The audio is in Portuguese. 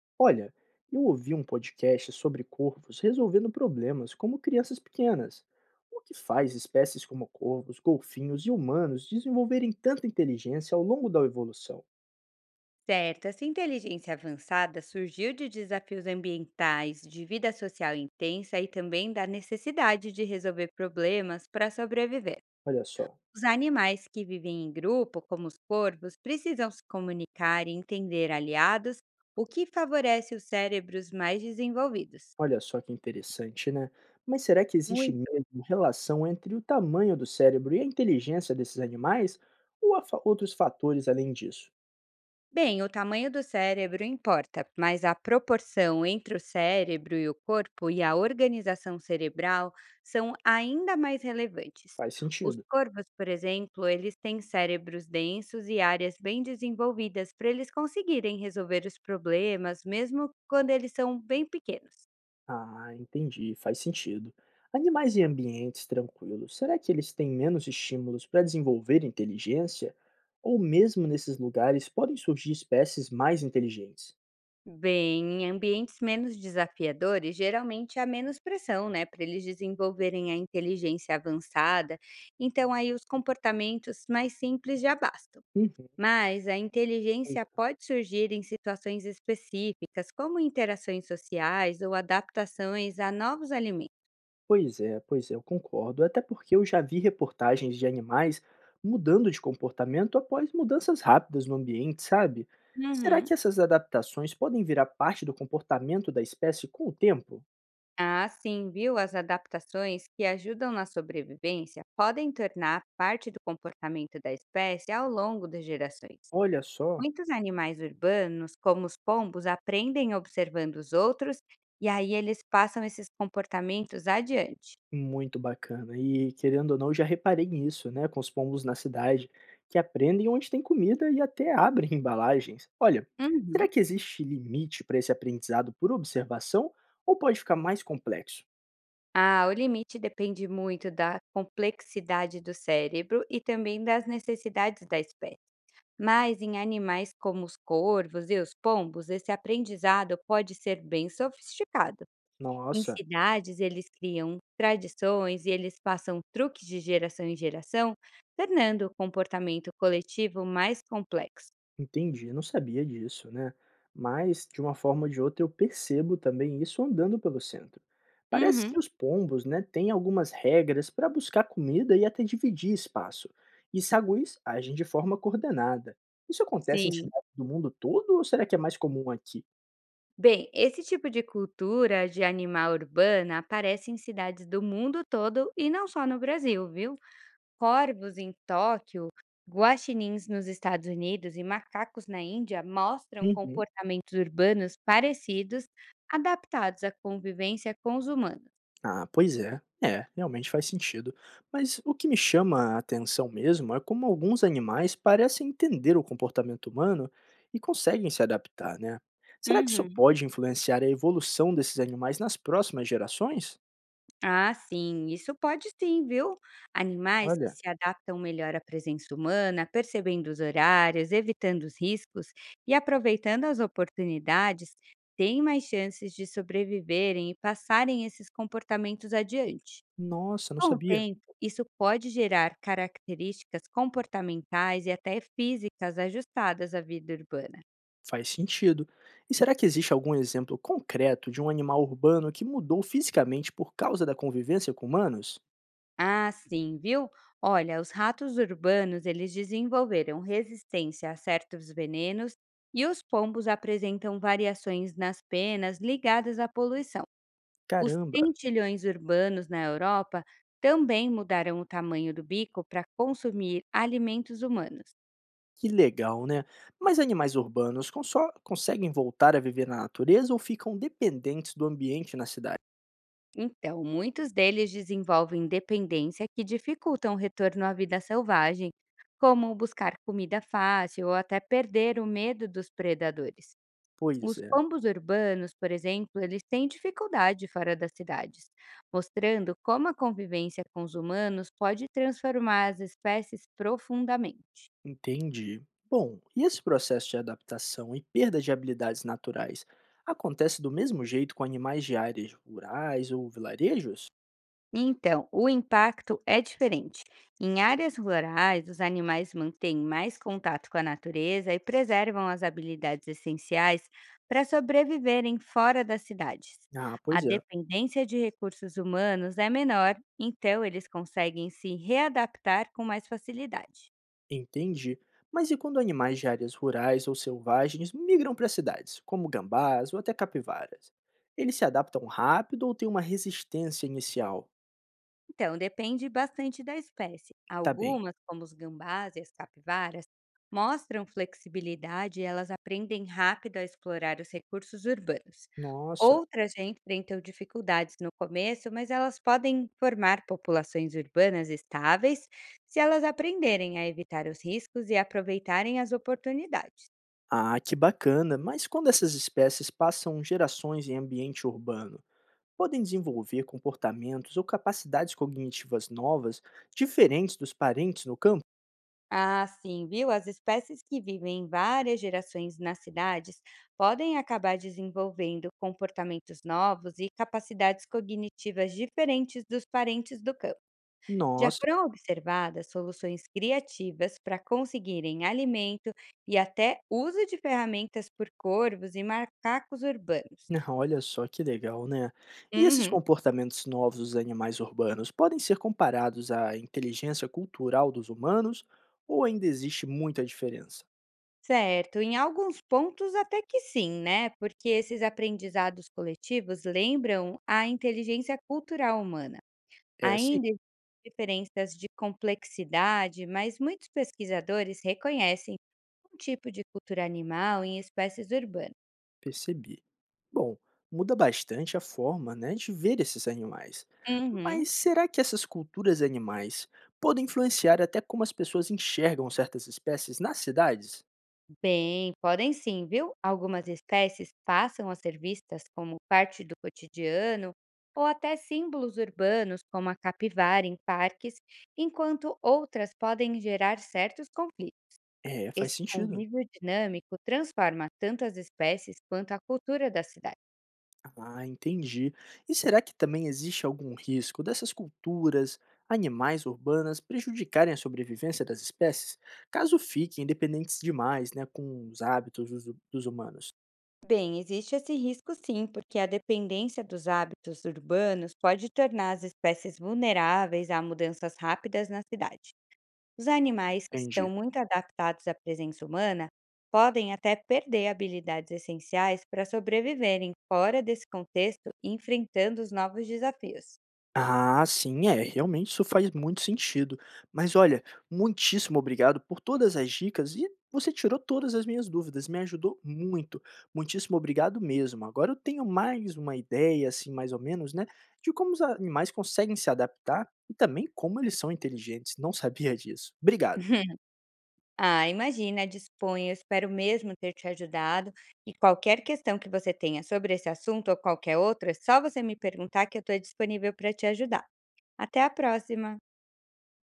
Olha, eu ouvi um podcast sobre corvos resolvendo problemas como crianças pequenas, o que faz espécies como corvos, golfinhos e humanos desenvolverem tanta inteligência ao longo da evolução. Certo, essa inteligência avançada surgiu de desafios ambientais, de vida social intensa e também da necessidade de resolver problemas para sobreviver. Olha só, Os animais que vivem em grupo, como os corvos, precisam se comunicar e entender aliados, o que favorece os cérebros mais desenvolvidos. olha só que interessante, né? Mas será que existe mesmo relação entre o tamanho do cérebro e a inteligência desses animais ou há outros fatores além disso? Bem, o tamanho do cérebro importa, mas a proporção entre o cérebro e o corpo e a organização cerebral são ainda mais relevantes. Faz Os sentido. corvos, por exemplo, eles têm cérebros densos e áreas bem desenvolvidas para eles conseguirem resolver os problemas, mesmo quando eles são bem pequenos. Ah, entendi, faz sentido. Animais em ambientes tranquilos, será que eles têm menos estímulos para desenvolver inteligência? Ou mesmo nesses lugares podem surgir espécies mais inteligentes? Bem, em ambientes menos desafiadores, geralmente há menos pressão, né, para eles desenvolverem a inteligência avançada. Então, aí os comportamentos mais simples já bastam. Uhum, Mas a pois inteligência é, pode surgir em situações específicas, como interações sociais ou adaptações a novos alimentos. pois é, eu concordo. Até porque eu já vi reportagens de animais mudando de comportamento após mudanças rápidas no ambiente, sabe? Será Uhum. que essas adaptações podem virar parte do comportamento da espécie com o tempo? Ah, sim, viu? As adaptações que ajudam na sobrevivência podem tornar parte do comportamento da espécie ao longo das gerações. Olha só. Muitos animais urbanos, como os pombos, aprendem observando os outros e aí eles passam esses comportamentos adiante. Muito bacana. E querendo ou não, eu já reparei nisso, né, com os pombos na cidade, que aprendem onde tem comida e até abrem embalagens. Olha, será Uhum. que existe limite para esse aprendizado por observação ou pode ficar mais complexo? Ah, o limite depende muito da complexidade do cérebro e também das necessidades da espécie. Mas em animais como os corvos e os pombos, esse aprendizado pode ser bem sofisticado. Em Nossa. cidades, eles criam tradições e eles passam truques de geração em geração, tornando o comportamento coletivo mais complexo. Entendi, eu não sabia disso, né? Mas, de uma forma ou de outra, eu percebo também isso andando pelo centro. Parece Uhum. que os pombos, né, têm algumas regras para buscar comida e até dividir espaço. E saguis agem de forma coordenada. Isso acontece em Sim. cidades do mundo todo ou será que é mais comum aqui? Bem, esse tipo de cultura de animal urbana aparece em cidades do mundo todo e não só no Brasil, viu? Corvos em Tóquio, guaxinins nos Estados Unidos e macacos na Índia mostram Uhum. comportamentos urbanos parecidos, adaptados à convivência com os humanos. Ah, pois é. É, realmente faz sentido. Mas o que me chama a atenção mesmo é como alguns animais parecem entender o comportamento humano e conseguem se adaptar, né? Será que isso Uhum. pode influenciar a evolução desses animais nas próximas gerações? Ah, sim, isso pode sim, viu? Animais que Olha, se adaptam melhor à presença humana, percebendo os horários, evitando os riscos e aproveitando as oportunidades, têm mais chances de sobreviverem e passarem esses comportamentos adiante. nossa, não Com o sabia. tempo, isso pode gerar características comportamentais e até físicas ajustadas à vida urbana. Faz sentido. E será que existe algum exemplo concreto de um animal urbano que mudou fisicamente por causa da convivência com humanos? Ah, sim, viu? Olha, os ratos urbanos, eles desenvolveram resistência a certos venenos e os pombos apresentam variações nas penas ligadas à poluição. Os Caramba! tentilhões urbanos na Europa também mudaram o tamanho do bico para consumir alimentos humanos. Que legal, né? Mas animais urbanos conseguem voltar a viver na natureza ou ficam dependentes do ambiente na cidade? Então, muitos deles desenvolvem dependência que dificultam o retorno à vida selvagem, como buscar comida fácil ou até perder o medo dos predadores. Pois Os é, pombos urbanos, por exemplo, eles têm dificuldade fora das cidades, mostrando como a convivência com os humanos pode transformar as espécies profundamente. entendi. Bom, e esse processo de adaptação e perda de habilidades naturais acontece do mesmo jeito com animais de áreas rurais ou vilarejos? Então, o impacto é diferente. Em áreas rurais, os animais mantêm mais contato com a natureza e preservam as habilidades essenciais para sobreviverem fora das cidades. Ah, A pois é, dependência de recursos humanos é menor, então eles conseguem se readaptar com mais facilidade. entendi. Mas e quando animais de áreas rurais ou selvagens migram para cidades, como gambás ou até capivaras? Eles se adaptam rápido ou têm uma resistência inicial? Então, depende bastante da espécie. Tá bem. Algumas, como os gambás e as capivaras, mostram flexibilidade e elas aprendem rápido a explorar os recursos urbanos. Nossa, Outras já enfrentam dificuldades no começo, mas elas podem formar populações urbanas estáveis se elas aprenderem a evitar os riscos e aproveitarem as oportunidades. ah, que bacana! Mas quando essas espécies passam gerações em ambiente urbano, podem desenvolver comportamentos ou capacidades cognitivas novas, diferentes dos parentes no campo? Ah, sim, viu? As espécies que vivem várias gerações nas cidades podem acabar desenvolvendo comportamentos novos e capacidades cognitivas diferentes dos parentes do campo. Já Nossa, foram observadas soluções criativas para conseguirem alimento e até uso de ferramentas por corvos e macacos urbanos. olha só que legal, né? E esses Uhum. comportamentos novos dos animais urbanos podem ser comparados à inteligência cultural dos humanos ou ainda existe muita diferença? Certo, em alguns pontos até que sim, né? Porque esses aprendizados coletivos lembram a inteligência cultural humana. É sim. Ainda existem diferenças de complexidade, mas muitos pesquisadores reconhecem um tipo de cultura animal em espécies urbanas. Percebi. Bom, muda bastante a forma, né, de ver esses animais. Uhum. Mas será que essas culturas animais podem influenciar até como as pessoas enxergam certas espécies nas cidades? Bem, podem sim, viu? Algumas espécies passam a ser vistas como parte do cotidiano ou até símbolos urbanos, como a capivara em parques, enquanto outras podem gerar certos conflitos. É, faz Esse sentido. convívio dinâmico transforma tanto as espécies quanto a cultura da cidade. Ah, entendi. E será que também existe algum risco dessas culturas, animais urbanas prejudicarem a sobrevivência das espécies, caso fiquem independentes demais, né, com os hábitos dos humanos? Bem, existe esse risco sim, porque a dependência dos hábitos urbanos pode tornar as espécies vulneráveis a mudanças rápidas na cidade. Os animais que estão Entendi. muito adaptados à presença humana podem até perder habilidades essenciais para sobreviverem fora desse contexto, enfrentando os novos desafios. Ah, sim, é, realmente isso faz muito sentido. Mas olha, muitíssimo obrigado por todas as dicas e você tirou todas as minhas dúvidas, me ajudou muito. Muitíssimo obrigado mesmo. Agora eu tenho mais uma ideia, assim, mais ou menos, né, de como os animais conseguem se adaptar e também como eles são inteligentes. Não sabia disso. Obrigado. Ah, imagina, disponho. Eu espero mesmo ter te ajudado. E qualquer questão que você tenha sobre esse assunto ou qualquer outra, é só você me perguntar que eu estou disponível para te ajudar. Até a próxima.